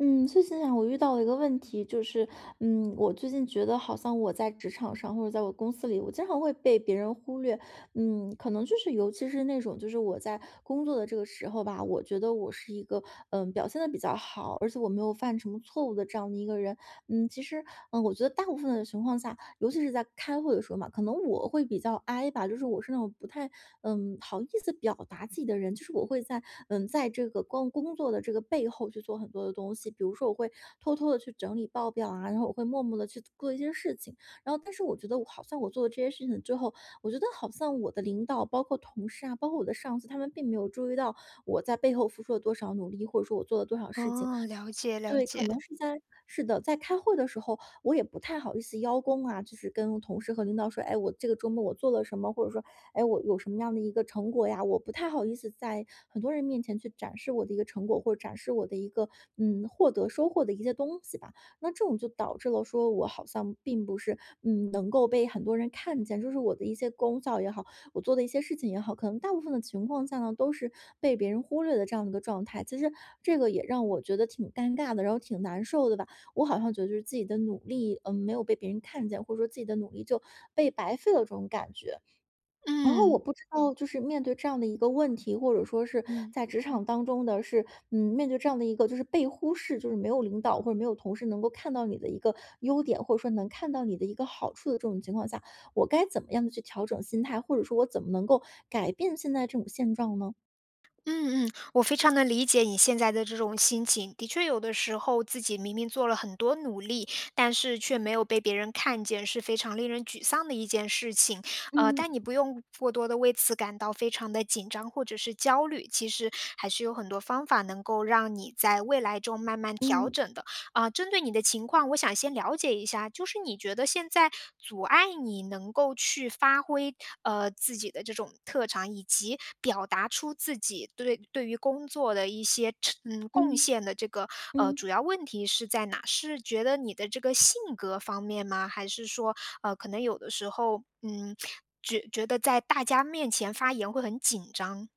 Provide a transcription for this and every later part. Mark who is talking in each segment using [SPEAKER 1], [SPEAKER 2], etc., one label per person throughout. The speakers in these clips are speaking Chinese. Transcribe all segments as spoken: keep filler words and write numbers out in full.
[SPEAKER 1] 嗯，最近啊，我遇到了一个问题，就是，嗯，我最近觉得好像我在职场上或者在我公司里，我经常会被别人忽略，嗯，可能就是尤其是那种，就是我在工作的这个时候吧，我觉得我是一个，嗯，表现的比较好，而且我没有犯什么错误的这样的一个人，嗯，其实，嗯，我觉得大部分的情况下，尤其是在开会的时候嘛，可能我会比较 I 吧，就是我是那种不太，嗯，好意思表达自己的人，就是我会在，嗯，在这个工工作的这个背后去做很多的东西，比如说我会偷偷的去整理报表啊，然后我会默默的去做一些事情，然后但是我觉得我好像我做了这些事情之后，我觉得好像我的领导，包括同事啊，包括我的上司，他们并没有注意到我在背后付出了多少努力，或者说我做了多少事情，
[SPEAKER 2] 哦，了解了
[SPEAKER 1] 对，可
[SPEAKER 2] 解。
[SPEAKER 1] 能是在是的，在开会的时候，我也不太好意思邀功啊，就是跟同事和领导说，哎，我这个周末我做了什么，或者说，哎，我有什么样的一个成果呀？我不太好意思在很多人面前去展示我的一个成果，或者展示我的一个嗯获得收获的一些东西吧。那这种就导致了说我好像并不是嗯能够被很多人看见，就是我的一些功效也好。我做的一些事情也好，可能大部分的情况下呢，都是被别人忽略的这样的一个状态。其实这个也让我觉得挺尴尬的，然后挺难受的吧。我好像觉得就是自己的努力，嗯，没有被别人看见，或者说自己的努力就被白费了这种感觉。然后我
[SPEAKER 2] 嗯
[SPEAKER 1] 不知道，就是面对这样的一个问题，或者说是
[SPEAKER 2] 嗯
[SPEAKER 1] 在职场当中的是，嗯，面对这样的一个就是被忽视，就是没有领导或者没有同事能够看到你的一个优点，或者说能看到你的一个好处的这种情况下，我该怎么样的去调整心态，或者说我怎么能够改变现在这种现状呢？
[SPEAKER 2] 嗯嗯，我非常能理解你现在的这种心情。的确，有的时候自己明明做了很多努力，但是却没有被别人看见，是非常令人沮丧的一件事情。呃，
[SPEAKER 1] 嗯
[SPEAKER 2] 但你不用过多的为此感到非常的紧张或者是焦虑，其实还是有很多方法能够让你在未来中慢慢调
[SPEAKER 1] 嗯
[SPEAKER 2] 整的。啊，针对你的情况，我想先了解一下，就是你觉得现在阻碍你能够去发挥呃自己的这种特长，以及表达出自己对对于工作的一些嗯贡
[SPEAKER 1] 嗯
[SPEAKER 2] 献的这个呃
[SPEAKER 1] 嗯。
[SPEAKER 2] 主要问题是在哪？是觉得你的这个性格方面吗？还是说呃可能有的时候嗯觉觉得在大家面前发言会很紧张？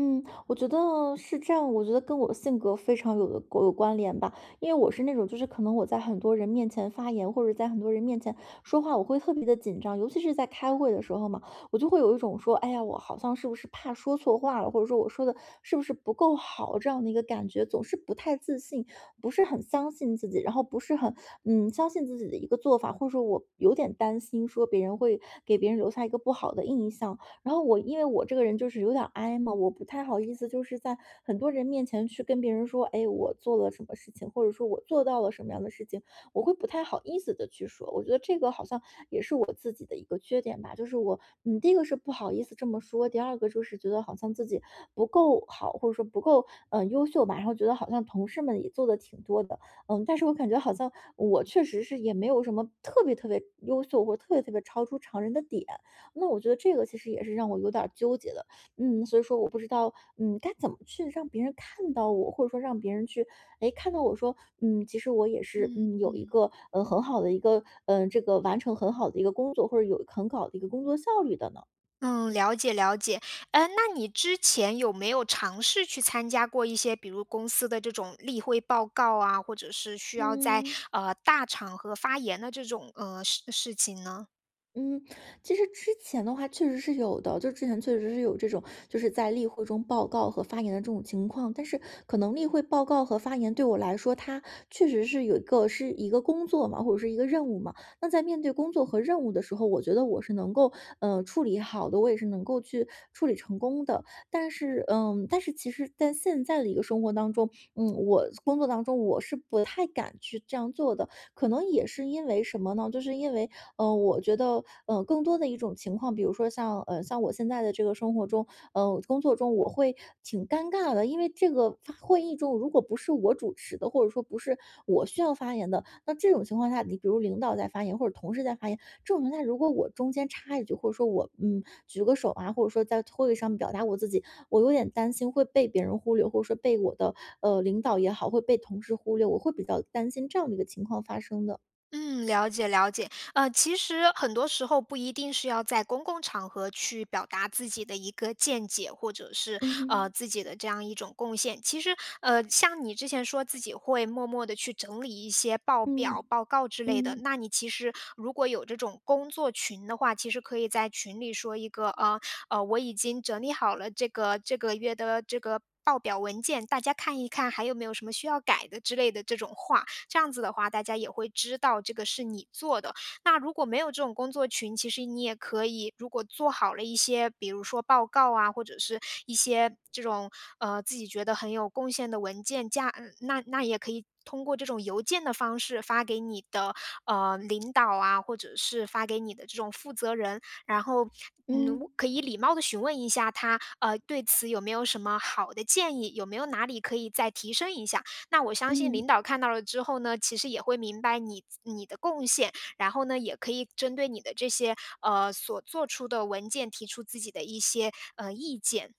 [SPEAKER 1] 嗯，我觉得是这样，我觉得跟我性格非常有的有关联吧，因为我是那种就是可能我在很多人面前发言，或者在很多人面前说话，我会特别的紧张，尤其是在开会的时候嘛，我就会有一种说，哎呀，我好像是不是怕说错话了，或者说我说的是不是不够好这样的一个感觉，总是不太自信，不是很相信自己，然后不是很嗯相信自己的一个做法，或者说我有点担心说别人会给别人留下一个不好的印象，然后我因为我这个人就是有点儿 i 嘛，我不太好意思就是在很多人面前去跟别人说，哎，我做了什么事情，或者说我做到了什么样的事情，我会不太好意思的去说。我觉得这个好像也是我自己的一个缺点吧，就是我，嗯，第一个是不好意思这么说，第二个就是觉得好像自己不够好，或者说不够嗯、呃优秀吧，然后觉得好像同事们也做的挺多的，嗯，但是我感觉好像我确实是也没有什么特别特别优秀或者特别特别超出常人的点，那我觉得这个其实也是让我有点儿纠结的，嗯，所以说我不知道，嗯，该怎么去让别人看到我，或者说让别人去，哎，看到我说，嗯，其实我也是，
[SPEAKER 2] 嗯
[SPEAKER 1] 嗯，有一个，呃，很好的一个，嗯，这个完成很好的一个工作，或者有很好的一个工作效率的呢？
[SPEAKER 2] 嗯，了解了解。呃，那你之前有没有尝试去参加过一些，比如公司的这种例会报告啊，或者是需要在
[SPEAKER 1] 嗯。
[SPEAKER 2] 呃大场合发言的这种呃事事情呢？
[SPEAKER 1] 嗯，其实之前的话确实是有的，就之前确实是有这种，就是在例会中报告和发言的这种情况。但是可能例会报告和发言对我来说，它确实是有一个是一个工作嘛，或者是一个任务嘛。那在面对工作和任务的时候，我觉得我是能够呃处理好的，我也是能够去处理成功的。但是嗯，但是其实在现在的一个生活当中，嗯，我工作当中我是不太敢去这样做的，可能也是因为什么呢？就是因为嗯呃，我觉得，呃，更多的一种情况，比如说像，呃，像我现在的这个生活中，呃，工作中，我会挺尴尬的，因为这个发会议中，如果不是我主持的，或者说不是我需要发言的，那这种情况下，你比如领导在发言，或者同事在发言，这种情况下，如果我中间插一句，或者说我，嗯，举个手啊，或者说在会议上表达我自己，我有点担心会被别人忽略，或者说被我的，呃，领导也好，会被同事忽略，我会比较担心这样的一个情况发生的。
[SPEAKER 2] 嗯，了解了解。呃，其实很多时候不一定是要在公共场合去表达自己的一个见解，或者是
[SPEAKER 1] 嗯
[SPEAKER 2] 呃
[SPEAKER 1] 哼。
[SPEAKER 2] 自己的这样一种贡献。其实呃，像你之前说自己会默默的去整理一些报表、
[SPEAKER 1] 嗯，
[SPEAKER 2] 报告之类的，
[SPEAKER 1] 嗯
[SPEAKER 2] 那你其实如果有这种工作群的话，其实可以在群里说一个呃呃，我已经整理好了这个这个月的这个报表文件，大家看一看还有没有什么需要改的之类的这种话，这样子的话，大家也会知道这个是你做的。那如果没有这种工作群，其实你也可以，如果做好了一些，比如说报告啊，或者是一些这种呃自己觉得很有贡献的文件夹，嗯，那那也可以通过这种邮件的方式发给你的呃领导啊，或者是发给你的这种负责人。然后。嗯，
[SPEAKER 1] 嗯
[SPEAKER 2] 可以礼貌的询问一下他，呃，对此有没有什么好的建议，有没有哪里可以再提升一下？那我相信
[SPEAKER 1] 嗯，
[SPEAKER 2] 领导看到了之后呢，其实也会明白你你的贡献，然后呢，也可以针对你的这些呃所做出的文件提出自己的一些呃意见。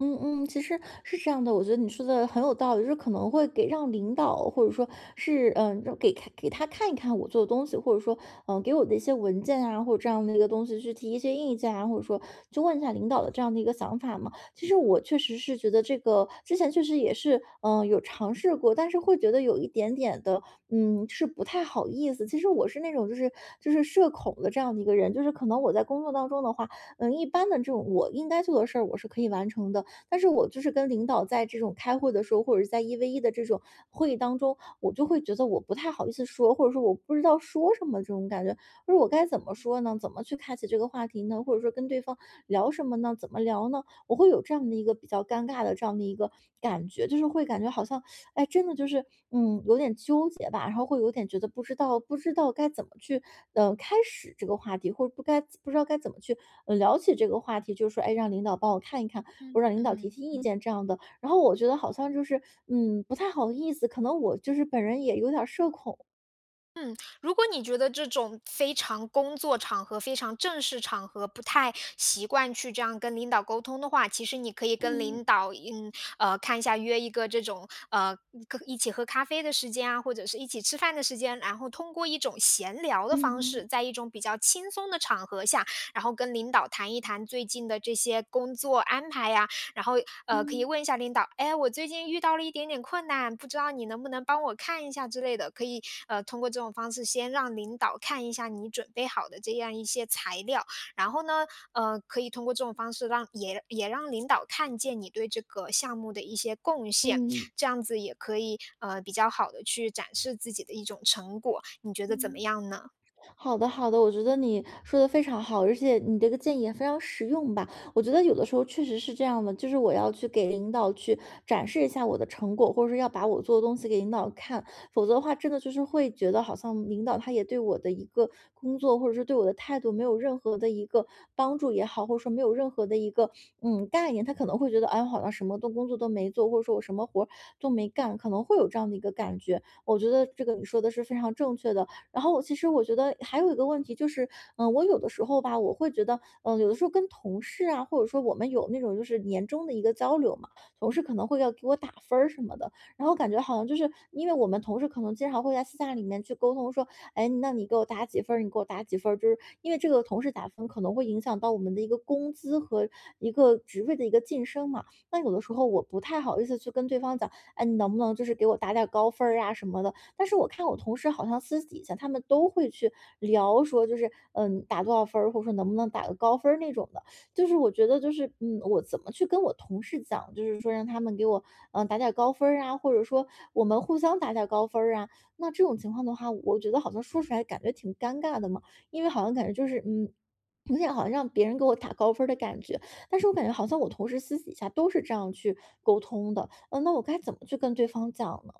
[SPEAKER 1] 嗯嗯。其实是这样的，我觉得你说的很有道理，就是可能会给让领导，或者说是嗯，让给看给他看一看我做的东西，或者说嗯，给我的一些文件啊，或者这样的一个东西去提一些意见啊，或者说去问一下领导的这样的一个想法嘛。其实我确实是觉得这个之前确实也是嗯有尝试过，但是会觉得有一点点的嗯是不太好意思。其实我是那种就是就是社恐的这样的一个人，就是可能我在工作当中的话，嗯，一般的这种我应该做的事儿我是可以完成的，但是我就是跟领导在这种开会的时候，或者是在一 v 一的这种会议当中，我就会觉得我不太好意思说，或者说我不知道说什么这种感觉，或者我该怎么说呢？怎么去开启这个话题呢？或者说跟对方聊什么呢？怎么聊呢？我会有这样的一个比较尴尬的这样的一个感觉，就是会感觉好像，哎，真的就是嗯，有点纠结吧，然后会有点觉得不知道不知道该怎么去嗯、呃开始这个话题，或者不该不知道该怎么去、呃聊起这个话题，就是说，哎，让领导帮我看一看。我让
[SPEAKER 2] 嗯
[SPEAKER 1] 领导提
[SPEAKER 2] 嗯
[SPEAKER 1] 提意
[SPEAKER 2] 嗯。
[SPEAKER 1] 见这样的。然后我觉得好像就是，嗯，不太好意思，可能我就是本人也有点儿社恐。
[SPEAKER 2] 嗯，如果你觉得这种非常工作场合、非常正式场合不太习惯去这样跟领导沟通的话，其实你可以跟
[SPEAKER 1] 嗯
[SPEAKER 2] 领导，嗯，呃，看一下约一个这种呃可一起喝咖啡的时间啊，或者是一起吃饭的时间，然后通过一种闲聊的方
[SPEAKER 1] 嗯
[SPEAKER 2] 式，在一种比较轻松的场合下，然后跟领导谈一谈最近的这些工作安排呀、然后呃可以
[SPEAKER 1] 嗯
[SPEAKER 2] 问一下领导，哎，我最近遇到了一点点困难，不知道你能不能帮我看一下之类的，可以呃通过这种方式先让领导看一下你准备好的这样一些材料，然后呢，呃，可以通过这种方式让也也让领导看见你对这个项目的一些贡献，
[SPEAKER 1] 嗯嗯
[SPEAKER 2] 这样子也可以呃比较好的去展示自己的一种成果，你觉得怎么
[SPEAKER 1] 嗯。
[SPEAKER 2] 样呢？
[SPEAKER 1] 好的，好的，我觉得你说的非常好，而且你这个建议也非常实用吧。我觉得有的时候确实是这样的，就是我要去给领导去展示一下我的成果，或者说要把我做的东西给领导看，否则的话，真的就是会觉得好像领导他也对我的一个工作或者是对我的态度没有任何的一个帮助也好，或者说没有任何的一个嗯概念，他可能会觉得哎，我好像什么都工作都没做，或者说我什么活儿都没干，可能会有这样的一个感觉。我觉得这个你说的是非常正确的，然后其实我觉得还有一个问题就是，嗯，我有的时候吧，我会觉得，嗯，有的时候跟同事啊，或者说我们有那种就是年终的一个交流嘛，同事可能会要给我打分儿什么的，然后感觉好像就是因为我们同事可能经常会在私下里面去沟通说，哎，那你给我打几分儿，你给我打几分儿，就是因为这个同事打分可能会影响到我们的一个工资和一个职位的一个晋升嘛。那有的时候我不太好意思去跟对方讲，哎，你能不能就是给我打点儿高分儿啊什么的，但是我看我同事好像私底下他们都会去聊说，就是嗯打多少分儿，或者说能不能打个高分儿那种的。就是我觉得就是嗯，我怎么去跟我同事讲，就是说让他们给我嗯打点儿高分儿啊，或者说我们互相打点儿高分儿啊。那这种情况的话，我觉得好像说出来感觉挺尴尬的嘛，因为好像感觉就是嗯。有点好像让别人给我打高分儿的感觉，但是我感觉好像我同事私底下都是这样去沟通的，嗯，那我该怎么去跟对方讲呢？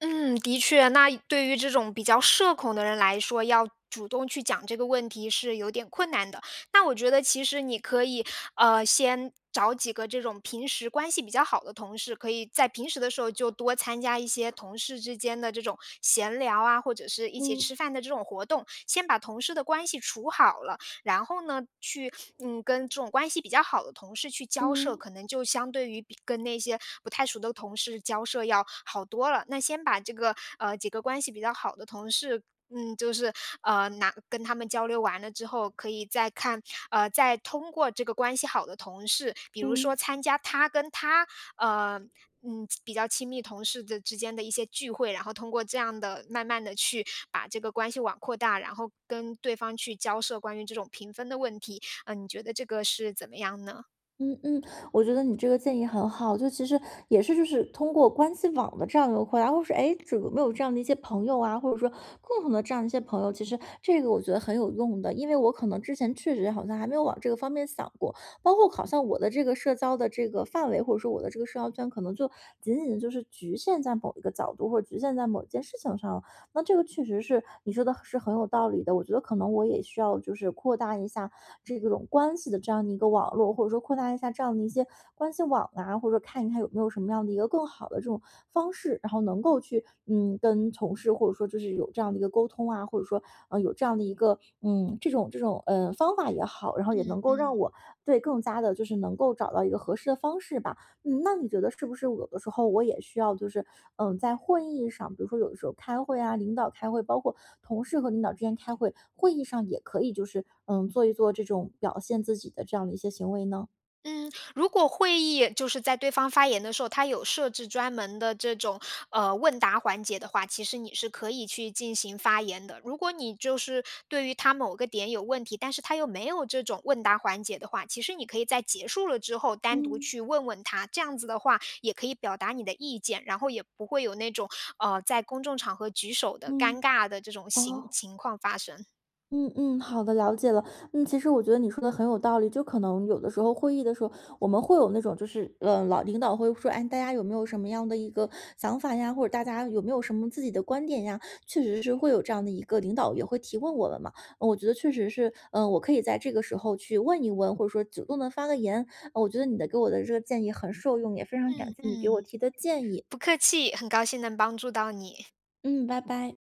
[SPEAKER 2] 嗯，的确，那对于这种比较社恐的人来说，要主动去讲这个问题是有点困难的。那我觉得其实你可以，呃，先找几个这种平时关系比较好的同事，可以在平时的时候就多参加一些同事之间的这种闲聊啊，或者是一起
[SPEAKER 1] 嗯
[SPEAKER 2] 吃饭的这种活动，先把同事的关系处好了，然后呢，去嗯，跟这种关系比较好的同事去交涉，
[SPEAKER 1] 嗯，
[SPEAKER 2] 可能就相对于比跟那些不太熟的同事交涉要好多了。那先把这个呃几个关系比较好的同事。嗯，就是呃，拿跟他们交流完了之后，可以再看，呃，再通过这个关系好的同事，比如说
[SPEAKER 1] 嗯
[SPEAKER 2] 参加他跟他呃嗯比较亲密同事的之间的一些聚会，然后通过这样的慢慢的去把这个关系网扩大，然后跟对方去交涉关于这种评分的问题，嗯，你觉得这个是怎么样呢？
[SPEAKER 1] 嗯嗯，我觉得你这个建议很好，就其实也是就是通过关系网的这样一个扩大，或是哎，诶这个有没有这样的一些朋友啊，或者说共同的这样一些朋友，其实这个我觉得很有用的，因为我可能之前确实好像还没有往这个方面想过，包括好像我的这个社交的这个范围，或者说我的这个社交圈，可能就仅仅就是局限在某一个角度，或者局限在某一件事情上了。那这个确实是你说的是很有道理的，我觉得可能我也需要就是扩大一下这种关系的这样的一个网络，或者说扩大一下这样的一些关系网啊，或者说看一看有没有什么样的一个更好的这种方式，然后能够去嗯跟同事或者说就是有这样的一个沟通啊，或者说呃有这样的一个嗯、这种这种嗯、呃方法也好，然后也
[SPEAKER 2] 嗯
[SPEAKER 1] 能够让
[SPEAKER 2] 嗯
[SPEAKER 1] 我对更加的就是能够找到一个合适的方式吧。嗯，那你觉得是不是有的时候我也需要，就是嗯，在会议上，比如说有的时候开会啊，领导开会，包括同事和领导之间开会，会议上也可以就是嗯，做一做这种表现自己的这样的一些行为呢？
[SPEAKER 2] 嗯，如果会议就是在对方发言的时候，他有设置专门的这种呃问答环节的话，其实你是可以去进行发言的。如果你就是对于他某个点有问题，但是他又没有这种问答环节的话，其实你可以在结束了之后单独
[SPEAKER 1] 嗯
[SPEAKER 2] 去问问他，这样子的话也可以表达你的意见，然后也不会有那种呃在公众场合举手的尴
[SPEAKER 1] 嗯，
[SPEAKER 2] 尬的这种情
[SPEAKER 1] 哦，
[SPEAKER 2] 情况发生。
[SPEAKER 1] 嗯嗯，好的，了解了。嗯，其实我觉得你说的很有道理，就可能有的时候会议的时候，我们会有那种就是，呃，老领导会说，哎，大家有没有什么样的一个想法呀，或者大家有没有什么自己的观点呀？确实是会有这样的一个领导也会提问我们嘛。呃我觉得确实是，嗯、我可以在这个时候去问一问，或者说主动的发个言。呃我觉得你的给我的这个建议很受用，也非常感
[SPEAKER 2] 嗯
[SPEAKER 1] 谢你给我
[SPEAKER 2] 嗯。
[SPEAKER 1] 提的建议。
[SPEAKER 2] 不客气，很高兴能帮助到你。
[SPEAKER 1] 嗯，拜拜。